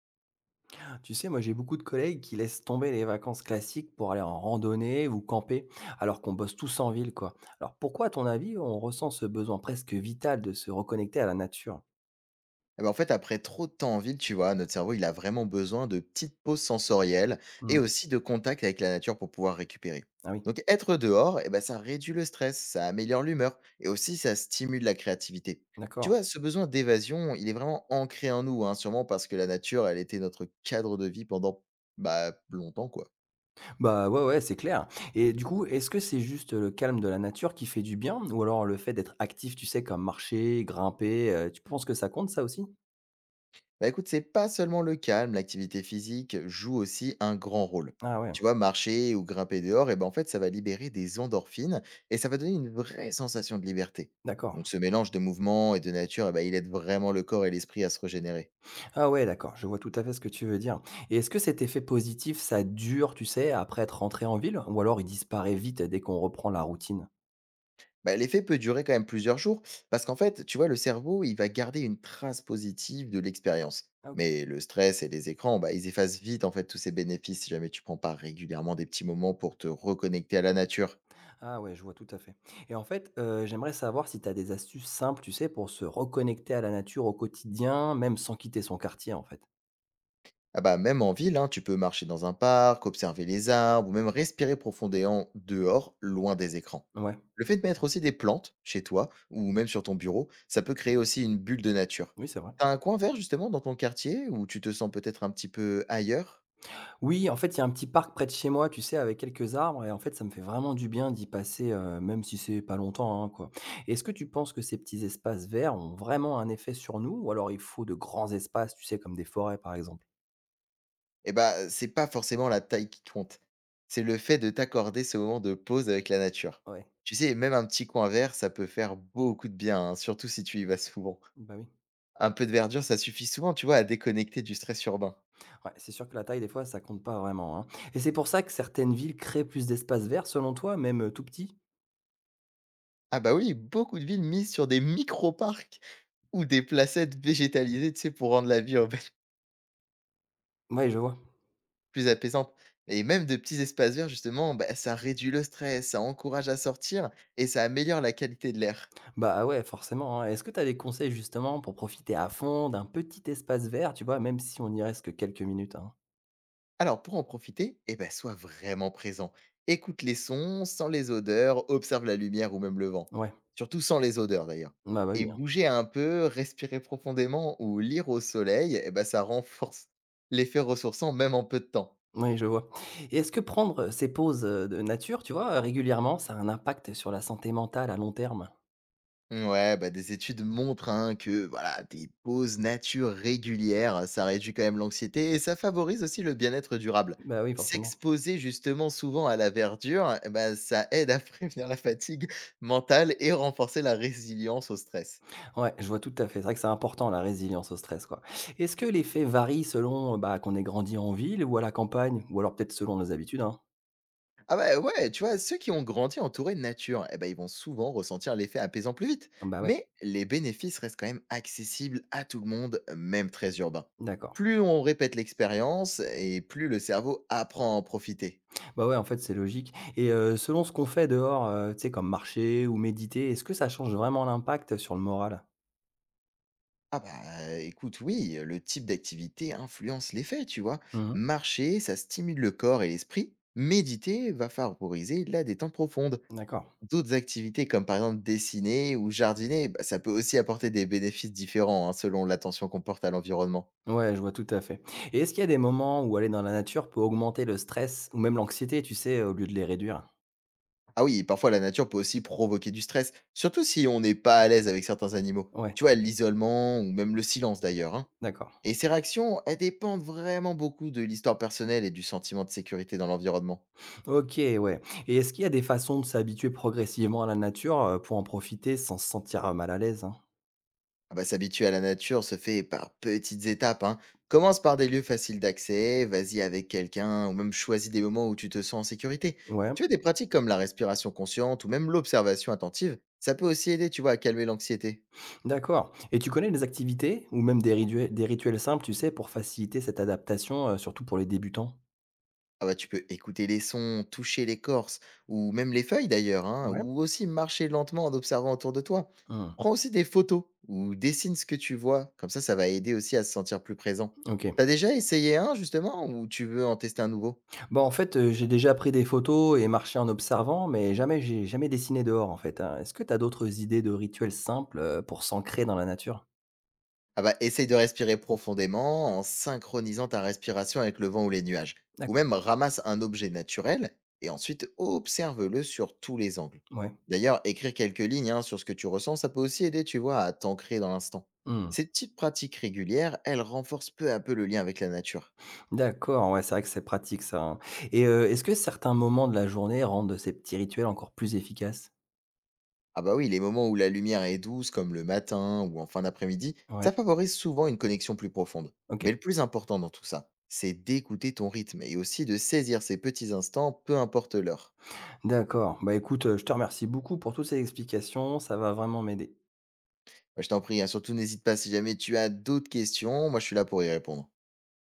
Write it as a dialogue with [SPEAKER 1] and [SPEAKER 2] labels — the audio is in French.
[SPEAKER 1] Tu sais, moi j'ai beaucoup de collègues qui laissent tomber les vacances classiques pour aller en randonnée ou camper, alors qu'on bosse tous en ville, quoi. Alors pourquoi, à ton avis, on ressent ce besoin presque vital de se reconnecter à la nature?
[SPEAKER 2] Eh ben, en fait, après trop de temps en ville, tu vois, notre cerveau, il a vraiment besoin de petites pauses sensorielles
[SPEAKER 1] Hmm.
[SPEAKER 2] et aussi de contact avec la nature pour pouvoir récupérer.
[SPEAKER 1] Ah oui,
[SPEAKER 2] Donc, être dehors, eh ben, ça réduit le stress, ça améliore l'humeur et aussi ça stimule la créativité. Tu
[SPEAKER 1] d'accord.
[SPEAKER 2] vois, ce besoin d'évasion, il est vraiment ancré en nous, hein, sûrement parce que la nature, elle était notre cadre de vie pendant bah, longtemps, quoi.
[SPEAKER 1] Bah ouais, ouais, c'est clair. Et du coup, est-ce que c'est juste le calme de la nature qui fait du bien, ou alors le fait d'être actif, tu sais, comme marcher, grimper, tu penses que ça compte ça aussi?
[SPEAKER 2] Bah écoute, c'est pas seulement le calme, l'activité physique joue aussi un grand rôle.
[SPEAKER 1] Ah ouais,
[SPEAKER 2] Tu vois, marcher ou grimper dehors, et ben en fait, ça va libérer des endorphines et ça va donner une vraie sensation de liberté. Donc
[SPEAKER 1] d'accord.
[SPEAKER 2] ce mélange de mouvement et de nature, eh ben, il aide vraiment le corps et l'esprit à se régénérer.
[SPEAKER 1] Ah ouais, d'accord, je vois tout à fait ce que tu veux dire. Et est-ce que cet effet positif, ça dure, tu sais, après être rentré en ville? Ou alors il disparaît vite dès qu'on reprend la routine?
[SPEAKER 2] Bah, l'effet peut durer quand même plusieurs jours, parce qu'en fait, tu vois, le cerveau, il va garder une trace positive de l'expérience.
[SPEAKER 1] Ah ok.
[SPEAKER 2] Mais le stress et les écrans, bah, ils effacent vite en fait tous ces bénéfices si jamais tu prends pas régulièrement des petits moments pour te reconnecter à la nature.
[SPEAKER 1] Ah ouais, je vois tout à fait. Et en fait, j'aimerais savoir si tu as des astuces simples, tu sais, pour se reconnecter à la nature au quotidien, même sans quitter son quartier, en fait?
[SPEAKER 2] Ah bah, même en ville, hein, tu peux marcher dans un parc, observer les arbres ou même respirer profondément dehors, loin des écrans.
[SPEAKER 1] Ouais,
[SPEAKER 2] Le fait de mettre aussi des plantes chez toi ou même sur ton bureau, ça peut créer aussi une bulle de nature.
[SPEAKER 1] oui, c'est vrai.
[SPEAKER 2] T'as un coin vert justement dans ton quartier où tu te sens peut-être un petit peu ailleurs.
[SPEAKER 1] Oui, en fait, il y a un petit parc près de chez moi, tu sais, avec quelques arbres et en fait, ça me fait vraiment du bien d'y passer, même si c'est pas longtemps, hein, quoi. Est-ce que tu penses que ces petits espaces verts ont vraiment un effet sur nous ou alors il faut de grands espaces, tu sais, comme des forêts, par exemple?
[SPEAKER 2] Eh bah, c'est pas forcément la taille qui compte. C'est le fait de t'accorder ce moment de pause avec la nature.
[SPEAKER 1] Ouais,
[SPEAKER 2] Tu sais, même un petit coin vert, ça peut faire beaucoup de bien, hein, surtout si tu y vas souvent.
[SPEAKER 1] bah, oui.
[SPEAKER 2] Un peu de verdure, ça suffit souvent, tu vois, à déconnecter du stress urbain.
[SPEAKER 1] Ouais, c'est sûr que la taille, des fois, ça compte pas vraiment, hein, et c'est pour ça que certaines villes créent plus d'espaces verts selon toi, même, tout petits?
[SPEAKER 2] Ah bah oui, beaucoup de villes misent sur des micro-parcs ou des placettes végétalisées, tu sais, pour rendre la vie urbaine
[SPEAKER 1] Ouais, je vois.
[SPEAKER 2] plus apaisante. Et même de petits espaces verts, justement, bah, ça réduit le stress, ça encourage à sortir et ça améliore la qualité de l'air.
[SPEAKER 1] Bah, ah ouais, forcément, hein. Est-ce que tu as des conseils, justement, pour profiter à fond d'un petit espace vert, tu vois, même si on n'y reste que quelques minutes, hein?
[SPEAKER 2] Alors pour en profiter, eh ben, sois vraiment présent. Écoute les sons, sens les odeurs, observe la lumière ou même le vent.
[SPEAKER 1] Ouais.
[SPEAKER 2] Surtout sans les odeurs d'ailleurs.
[SPEAKER 1] Bah bah, oui,
[SPEAKER 2] Et
[SPEAKER 1] hein.
[SPEAKER 2] bouger un peu, respirer profondément ou lire au soleil, eh ben, ça renforce l'effet ressourçant même en peu de temps.
[SPEAKER 1] Oui, je vois. Et est-ce que prendre, ces pauses, de nature, tu vois, régulièrement, ça a un impact sur la santé mentale à long terme?
[SPEAKER 2] Ouais, bah, des études montrent hein, que voilà, des pauses nature régulières, ça réduit quand même l'anxiété et ça favorise aussi le bien-être durable.
[SPEAKER 1] Bah, oui, forcément.
[SPEAKER 2] S'exposer justement souvent à la verdure, eh ben, ça aide à prévenir la fatigue mentale et renforcer la résilience au stress.
[SPEAKER 1] Ouais, je vois tout à fait. C'est vrai que c'est important la résilience au stress, quoi. Est-ce que l'effet varie selon, bah, qu'on ait grandi en ville ou à la campagne? Ou alors peut-être selon nos habitudes, hein?
[SPEAKER 2] Ah bah, ouais, tu vois, ceux qui ont grandi entourés de nature, eh ben, ils vont souvent ressentir l'effet apaisant plus vite.
[SPEAKER 1] Ah bah, ouais,
[SPEAKER 2] Mais les bénéfices restent quand même accessibles à tout le monde, même très urbain.
[SPEAKER 1] d'accord.
[SPEAKER 2] Plus on répète l'expérience et plus le cerveau apprend à en profiter.
[SPEAKER 1] Bah, ouais, en fait, c'est logique et selon ce qu'on fait dehors, tu sais, comme marcher ou méditer, est-ce que ça change vraiment l'impact sur le moral?
[SPEAKER 2] Ah bah écoute, oui, le type d'activité influence l'effet, tu vois.
[SPEAKER 1] Mmh.
[SPEAKER 2] Marcher, ça stimule le corps et l'esprit. Méditer va favoriser la détente profonde.
[SPEAKER 1] D'accord.
[SPEAKER 2] D'autres activités comme par exemple dessiner ou jardiner, bah, ça peut aussi apporter des bénéfices différents hein, selon l'attention qu'on porte à l'environnement.
[SPEAKER 1] Ouais, je vois tout à fait. Et est-ce qu'il y a des moments où aller dans la nature peut augmenter le stress ou même l'anxiété, tu sais, au lieu de les réduire?
[SPEAKER 2] Ah oui, et parfois la nature peut aussi provoquer du stress, surtout si on n'est pas à l'aise avec certains animaux.
[SPEAKER 1] Ouais,
[SPEAKER 2] Tu vois, l'isolement ou même le silence d'ailleurs, hein.
[SPEAKER 1] d'accord.
[SPEAKER 2] Et ces réactions, elles dépendent vraiment beaucoup de l'histoire personnelle et du sentiment de sécurité dans l'environnement.
[SPEAKER 1] OK, ouais. Et est-ce qu'il y a des façons de s'habituer progressivement à la nature, pour en profiter sans se sentir, mal à l'aise, hein?
[SPEAKER 2] Ah bah, s'habituer à la nature se fait par petites étapes, hein. Commence par des lieux faciles d'accès, vas-y avec quelqu'un, ou même choisis des moments où tu te sens en sécurité.
[SPEAKER 1] Ouais,
[SPEAKER 2] Tu vois, des pratiques comme la respiration consciente ou même l'observation attentive, ça peut aussi aider, tu vois, à calmer l'anxiété.
[SPEAKER 1] d'accord. Et tu connais des activités ou même des rituels simples, tu sais, pour faciliter cette adaptation, surtout pour les débutants?
[SPEAKER 2] Ah bah, tu peux écouter les sons, toucher l'écorce, ou même les feuilles d'ailleurs, hein,
[SPEAKER 1] Ouais?
[SPEAKER 2] ou aussi marcher lentement en observant autour de toi.
[SPEAKER 1] Mmh,
[SPEAKER 2] Prends aussi des photos ou dessine ce que tu vois, comme ça va aider aussi à se sentir plus présent.
[SPEAKER 1] OK.
[SPEAKER 2] T'as déjà essayé un justement, ou tu veux en tester un nouveau?
[SPEAKER 1] Bah, en fait, j'ai déjà pris des photos et marché en observant, mais jamais j'ai jamais dessiné dehors, en fait, hein. Est-ce que tu as d'autres idées de rituels simples, pour s'ancrer dans la nature?
[SPEAKER 2] Ah bah, essaye de respirer profondément en synchronisant ta respiration avec le vent ou les nuages. Ou
[SPEAKER 1] D'accord,
[SPEAKER 2] même ramasse un objet naturel et ensuite observe-le sur tous les angles.
[SPEAKER 1] ouais.
[SPEAKER 2] D'ailleurs, écrire quelques lignes hein, sur ce que tu ressens, ça peut aussi aider, tu vois, à t'ancrer dans l'instant.
[SPEAKER 1] Mmh.
[SPEAKER 2] Ces petites pratiques régulières, elles renforcent peu à peu le lien avec la nature.
[SPEAKER 1] D'accord, ouais, c'est vrai que c'est pratique ça, hein, et est-ce que certains moments de la journée rendent ces petits rituels encore plus efficaces?
[SPEAKER 2] Ah bah oui, les moments où la lumière est douce, comme le matin ou en fin d'après-midi,
[SPEAKER 1] Ouais,
[SPEAKER 2] ça favorise souvent une connexion plus profonde.
[SPEAKER 1] OK.
[SPEAKER 2] Mais le plus important dans tout ça, c'est d'écouter ton rythme et aussi de saisir ces petits instants, peu importe l'heure.
[SPEAKER 1] D'accord. Bah, écoute, je te remercie beaucoup pour toutes ces explications, ça va vraiment m'aider.
[SPEAKER 2] Moi, je t'en prie, hein, surtout n'hésite pas si jamais tu as d'autres questions, moi je suis là pour y répondre.